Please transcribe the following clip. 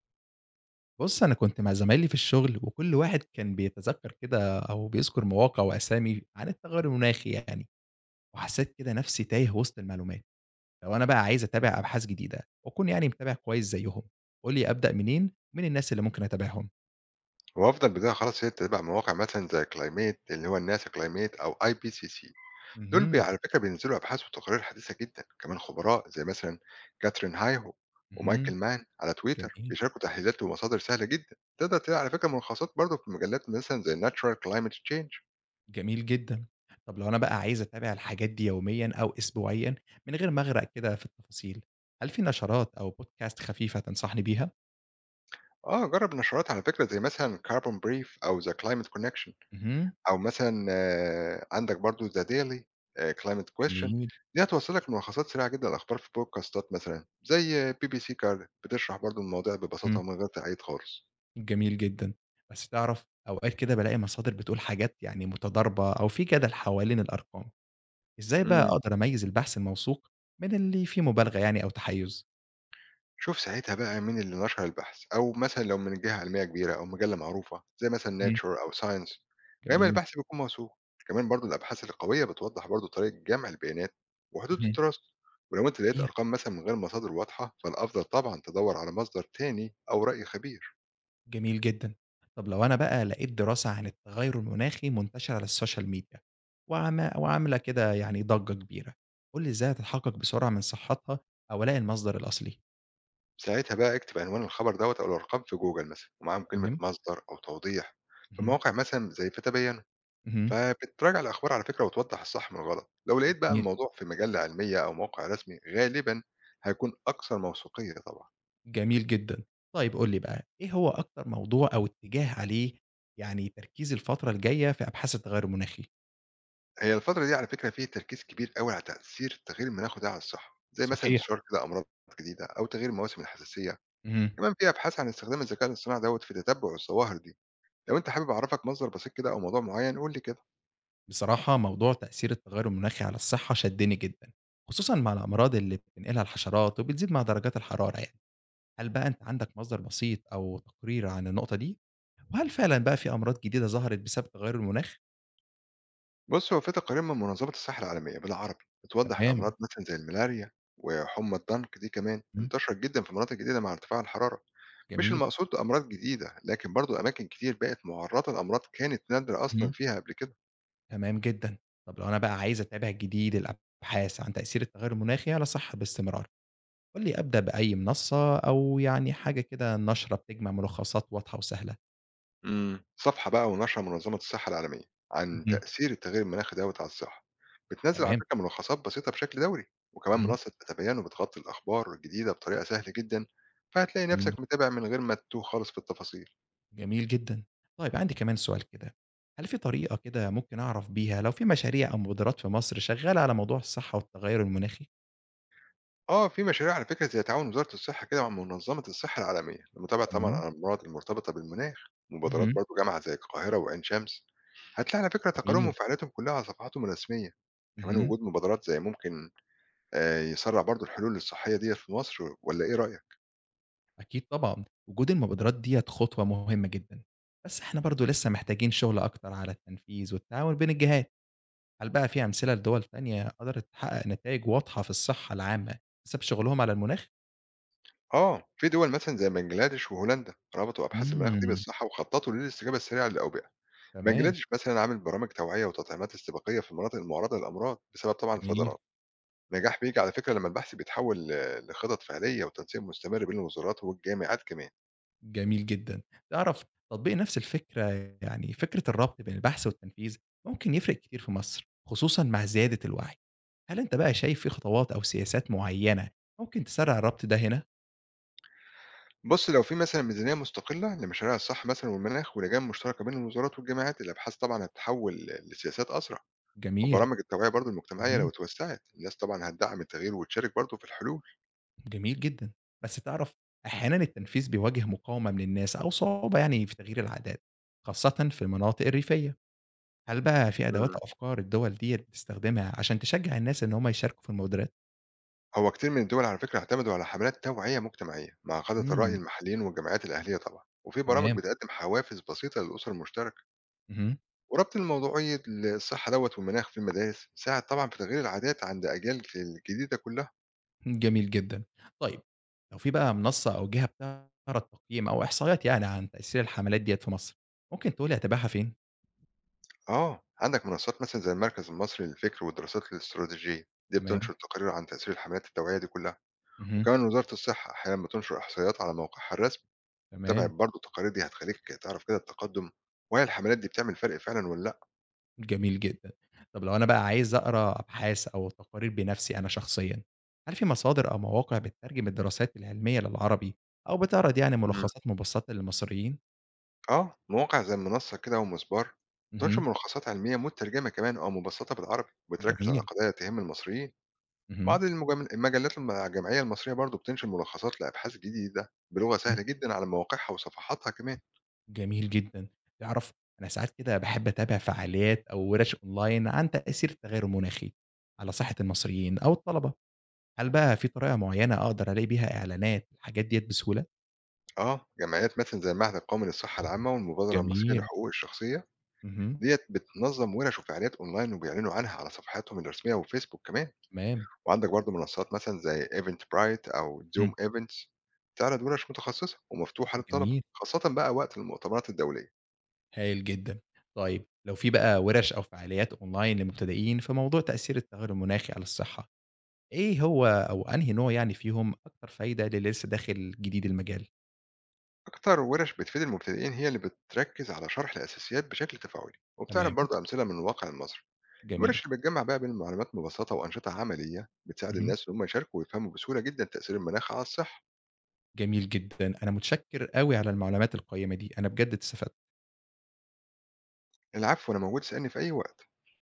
بُص، أنا كنت مع زمايلي في الشغل وكل واحد كان بيتذكر كده أو بيذكر مواقع وأسامي عن التغير المناخي يعني، وحسيت كده نفسي تايه وسط المعلومات. لو أنا بقى عايز أتابع أبحاث جديدة وأكون يعني متابع كويس زيهم، قُل لي أبدأ منين؟ ومين الناس اللي ممكن أتابعهم؟ هو أفضل بداية خلاص هي تتابع مواقع مثلًا زي Climate اللي هو الناسا Climate أو IPCC. دول بي اهم، على فكرة بينزلوا أبحاث وتقارير حديثة جدًا، كمان خبراء زي مثلًا كاترين هايهو اهم، ومايكل مان على تويتر جميل، بيشاركوا تحليلات ومصادر سهلة جدًا. تقدر تلاقي على فكرة ملخصات برضه في مجلات مثلًا زي Natural Climate Change. جميل جدًا. طب لو أنا بقى عايز أتابع الحاجات دي يوميًا أو أسبوعيًا من غير ما أغرق كده في التفاصيل، هل في نشرات أو podcast خفيفة تنصحني بيها؟ آه، جرب نشرات على فكرة زي مثلًا Carbon Brief أو The Climate Connection، اهم، أو مثلًا عندك برضه The Daily، Climate Question. جميل. دي هتوصّل لك ملخصات سريعة جدًا للأخبار في بودكاستات مثلًا، زي BBC Car بتشرح برضه المواضيع ببساطة اهم. ومن غير تعقيد خالص. جميل جدًا. بس تعرف أوقات كده بالاقي مصادر بتقول حاجات يعني متضاربة أو في جدل حوالين الأرقام، إزاي بقى إمم. أقدر أميّز البحث الموثوق من اللي فيه مبالغة يعني أو تحيُّز؟ شوف ساعتها بقى مين اللي نشر البحث، أو مثلًا لو من جهة علمية كبيرة أو مجلة معروفة، زي مثلًا اهم، Nature أو Science، غالبًا جميل، البحث بيكون موثوق. كمان برضه الأبحاث القوية بتوضّح برضه طريقة جمع البيانات وحدود اهم، التراث، ولو أنت لقيت جميل، أرقام مثلًا من غير مصادر واضحة، فالأفضل طبعًا تدوّر على مصدر تاني أو رأي خبير. جميل جدًا. طب لو أنا بقى لقيت دراسة عن التغيُّر المناخي منتشرة على السوشيال ميديا وعاملة كده يعني ضجة كبيرة، قُل لي إزاي أتحقق بسرعة من صحتها أو ألاقي المصدر الأصلي؟ ساعتها بقى اكتب عنوان الخبر دوّة أو الأرقام في جوجل مثلًا، ومعاهم كلمة تمام، مصدر أو توضيح. في اهم، مواقع مثلًا زي فتبيّنوا، اهم، فبتراجع الأخبار على فكرة وتوضح الصح من الغلط. لو لقيت بقى جميل. الموضوع في مجلة علمية أو موقع رسمي غالبًا هيكون أكثر موثوقية طبعًا. جميل جدًا. طيب قُل لي بقى، إيه هو أكتر موضوع أو اتجاه عليه يعني تركيز الفترة الجاية في أبحاث التغيُّر المناخي؟ هي الفترة دي على فكرة في تركيز كبير أوي على تأثير التغيير المناخي ده على الصحة، زي مثلًا صحيح. انتشار كده أمراض جديدة أو تغيير مواسم الحساسية، اهم. كمان في أبحاث عن استخدام الذكاء الاصطناعي دوّة في تتبع الظواهر دي. لو أنت حابب أعرفك مصدر بسيط كده أو موضوع معين قُل لي كده. بصراحة موضوع تأثير التغيُّر المناخي على الصحة شدّني جدًا، خصوصًا مع الأمراض اللي بتنقلها الحشرات وبتزيد مع درجات الحرارة يعني. هل بقى أنت عندك مصدر بسيط أو تقرير عن النقطة دي؟ وهل فعلًا بقى في أمراض جديدة ظهرت بسبب تغيُّر المناخ؟ بص، هو في تقارير من منظمة الصحة العالمية بالعربي بتوضح تمام. الأمراض مثلا زي الملاريا وحمى الضنك، دي كمان إمم، انتشرت جدا في مناطق جديدة مع ارتفاع الحرارة. مش جميل. المقصود أمراض جديدة، لكن برضو أماكن كتير بقت معرضة لأمراض كانت نادرة أصلا اهم. فيها قبل كده. تمام جدًا. طب لو أنا بقى عايز أتابع جديد الأبحاث عن تأثير التغير المناخي على الصحة باستمرار، قُل لي أبدأ بأي منصة أو يعني حاجة كده نشرة بتجمع ملخصات واضحة وسهلة؟ صفحة بقى ونشرة منظمة الصحة العالمية عن اهم، تأثير التغير المناخي دوت على الصحة بتنزل على تمام، فكرة ملخصات بسيطة بشكل دوري، وكمان اهم، منصة أتابيانو بتغطي الأخبار الجديدة بطريقة سهلة جدا، فهتلاقي جميل، نفسك متابع من غير ما تتوه خالص في التفاصيل. جميل جدًا. طيب عندي كمان سؤال كده، هل في طريقة كده ممكن أعرف بيها لو في مشاريع أو مبادرات في مصر شغالة على موضوع الصحة والتغير المناخي؟ آه، في مشاريع على فكرة زي تعاون وزارة الصحة كده مع منظمة الصحة العالمية لمتابعة تمام، طبعًا الأمراض المرتبطة بالمناخ، مبادرات اهم، برضه جامعة زي القاهرة وعين شمس، هتلاقي على فكرة تقاريرهم جميل، وفعالياتهم كلها على صفحاتهم الرسمية، كمان اهم. وجود مبادرات زي ممكن يسرّع برضه الحلول الصحية ديّة في مصر. والّا إيه رأيك؟ أكيد طبعًا، وجود المبادرات ديّة خطوة مهمة جدًا، بس إحنا برضه لسه محتاجين شغل أكتر على التنفيذ والتعاون بين الجهات، هل بقى في أمثلة لدول تانية قدرت تحقق نتايج واضحة في الصحة العامة بسبب شغلهم على المناخ؟ آه، في دول مثلًا زي بنجلاديش وهولندا ربطوا أبحاث المناخ دي إمم، بالصحة وخططوا للاستجابة السريعة للأوبئة، تمام، بنجلاديش مثلًا عامل برامج توعية وتطعيمات استباقية في المناطق المعرضة للأمراض بسبب طبعًا جميل، الفيضانات. النجاح بييجي على فكرة لمّا البحث بيتحول لخطط فعلية وتنسيق مستمر بين الوزارات والجامعات كمان. جميل جدًا. تعرف تطبيق نفس الفكرة يعني فكرة الربط بين البحث والتنفيذ ممكن يفرق كتير في مصر، خصوصًا مع زيادة الوعي. هل أنت بقى شايف في خطوات أو سياسات معينة ممكن تسرّع الربط ده هنا؟ بُص، لو في مثلًا ميزانية مستقلة لمشاريع الصحة مثلًا والمناخ ولجان مشتركة بين الوزارات والجامعات، الأبحاث طبعًا هتتحول لسياسات أسرع، جميل. وبرامج التوعية برضه المجتمعية لو اهم. اتوسّعت، الناس طبعًا هتدعّم التغيير وتشارك برضه في الحلول. جميل جدًا. بس تعرف أحيانًا التنفيذ بيواجه مقاومة من الناس أو صعوبة يعني في تغيير العادات، خاصةً في المناطق الريفية. هل بقى في أدوات إمم. أو أفكار الدول ديّة بتستخدمها عشان تشجّع الناس إن هم يشاركوا في المبادرات؟ هو كتير من الدول على فكرة اعتمدوا على حملات توعية مجتمعية مع قادة الرأي إمم، المحليين والجمعيات الأهلية طبعًا، وفي برامج تمام. بتقدّم حوافز بسيطة للأسر المشتركة. اهم، وربط الموضوعية الصحة دوّة والمناخ في المدارس بيساعد طبعًا في تغيير العادات عند أجيال الجديدة كلّها. جميل جدًا. طيب لو في بقى منصة أو جهة بتعرض تقييم أو إحصائيات يعني عن تأثير الحملات ديّة في مصر، ممكن تقول لي أتابعها فين؟ آه، عندك منصات مثلًا زي المركز المصري للفكر والدراسات الاستراتيجية، دي تمام، بتنشر تقارير عن تأثير الحملات التوعية دي كلّها، اهم، وكمان وزارة الصحة أحيانًا بتنشر إحصائيات على موقعها الرسمي. تابع تمام. برضه التقارير دي هتخلّيك تعرف كده التقدُّم وهل الحملات دي بتعمل فرق فعلًا والّا لأ. جميل جدًا. طب لو أنا بقى عايز أقرا أبحاث أو تقارير بنفسي أنا شخصيًا، هل في مصادر أو مواقع بتترجم الدراسات العلمية للعربي أو بتعرض يعني إمم، ملخصات مبسطة للمصريين؟ آه، مواقع زي المنصة كده ومسبار بتنشر اهم، ملخصات علمية مترجمة كمان أو مبسّطة بالعربي، وبتركز على جميل، قضايا تهم المصريين. اهم، بعض المجلات الجامعية المصرية برضو بتنشر ملخصات لأبحاث جديدة بلغة امم، سهلة جدا على مواقعها وصفحاتها كمان. جميل جدًا. تعرف أنا ساعات كده باحب أتابع فعاليات أو ورش أونلاين عن تأثير التغير المناخي على صحة المصريين أو الطلبة. هل بقى في طريقة معينة أقدر ألاقي بيها إعلانات الحاجات ديّة بسهولة؟ آه، جمعيات مثلا زي المعهد القومي للصحة العامة والمبادرة المصرية جميل، لحقوق الشخصية اهم، ديت بتنظم ورش وفعاليات أونلاين وبيعلنوا عنها على صفحاتهم الرسمية وفيسبوك كمان. تمام، وعندك برضو منصات مثلا زي ايفنت برايت أو اهم، زوم ايفنتس بتعرض ورش متخصصة ومفتوحة للطلبة جميل. خاصة بقى وقت المؤتمرات الدولية. هايل جدًا. طيب لو في بقى وِرش أو فعاليات أونلاين للمبتدئين في موضوع تأثير التغير المناخي على الصحة، إيه هو أو أنهي نوع يعني فيهم أكتر فايدة للي لسه داخل جديد المجال؟ أكتر ورش بتفيد المبتدئين هي اللي بتركز على شرح الأساسيات بشكل تفاعلي وبتعرض تمام، برضو أمثلة من الواقع المصري. جميل، الورش اللي بتجمع بقى بين المعلومات مبسطة وأنشطة عملية بتساعد اهم، الناس إن هم يشاركوا ويفهموا بسهولة جدا تأثير المناخ على الصحة. جميل جدًا. أنا متشكر أوي على المعلومات القيّمة دي، أنا بجد اتستفدت. العفو، أنا موجود اسألني في أي وقت.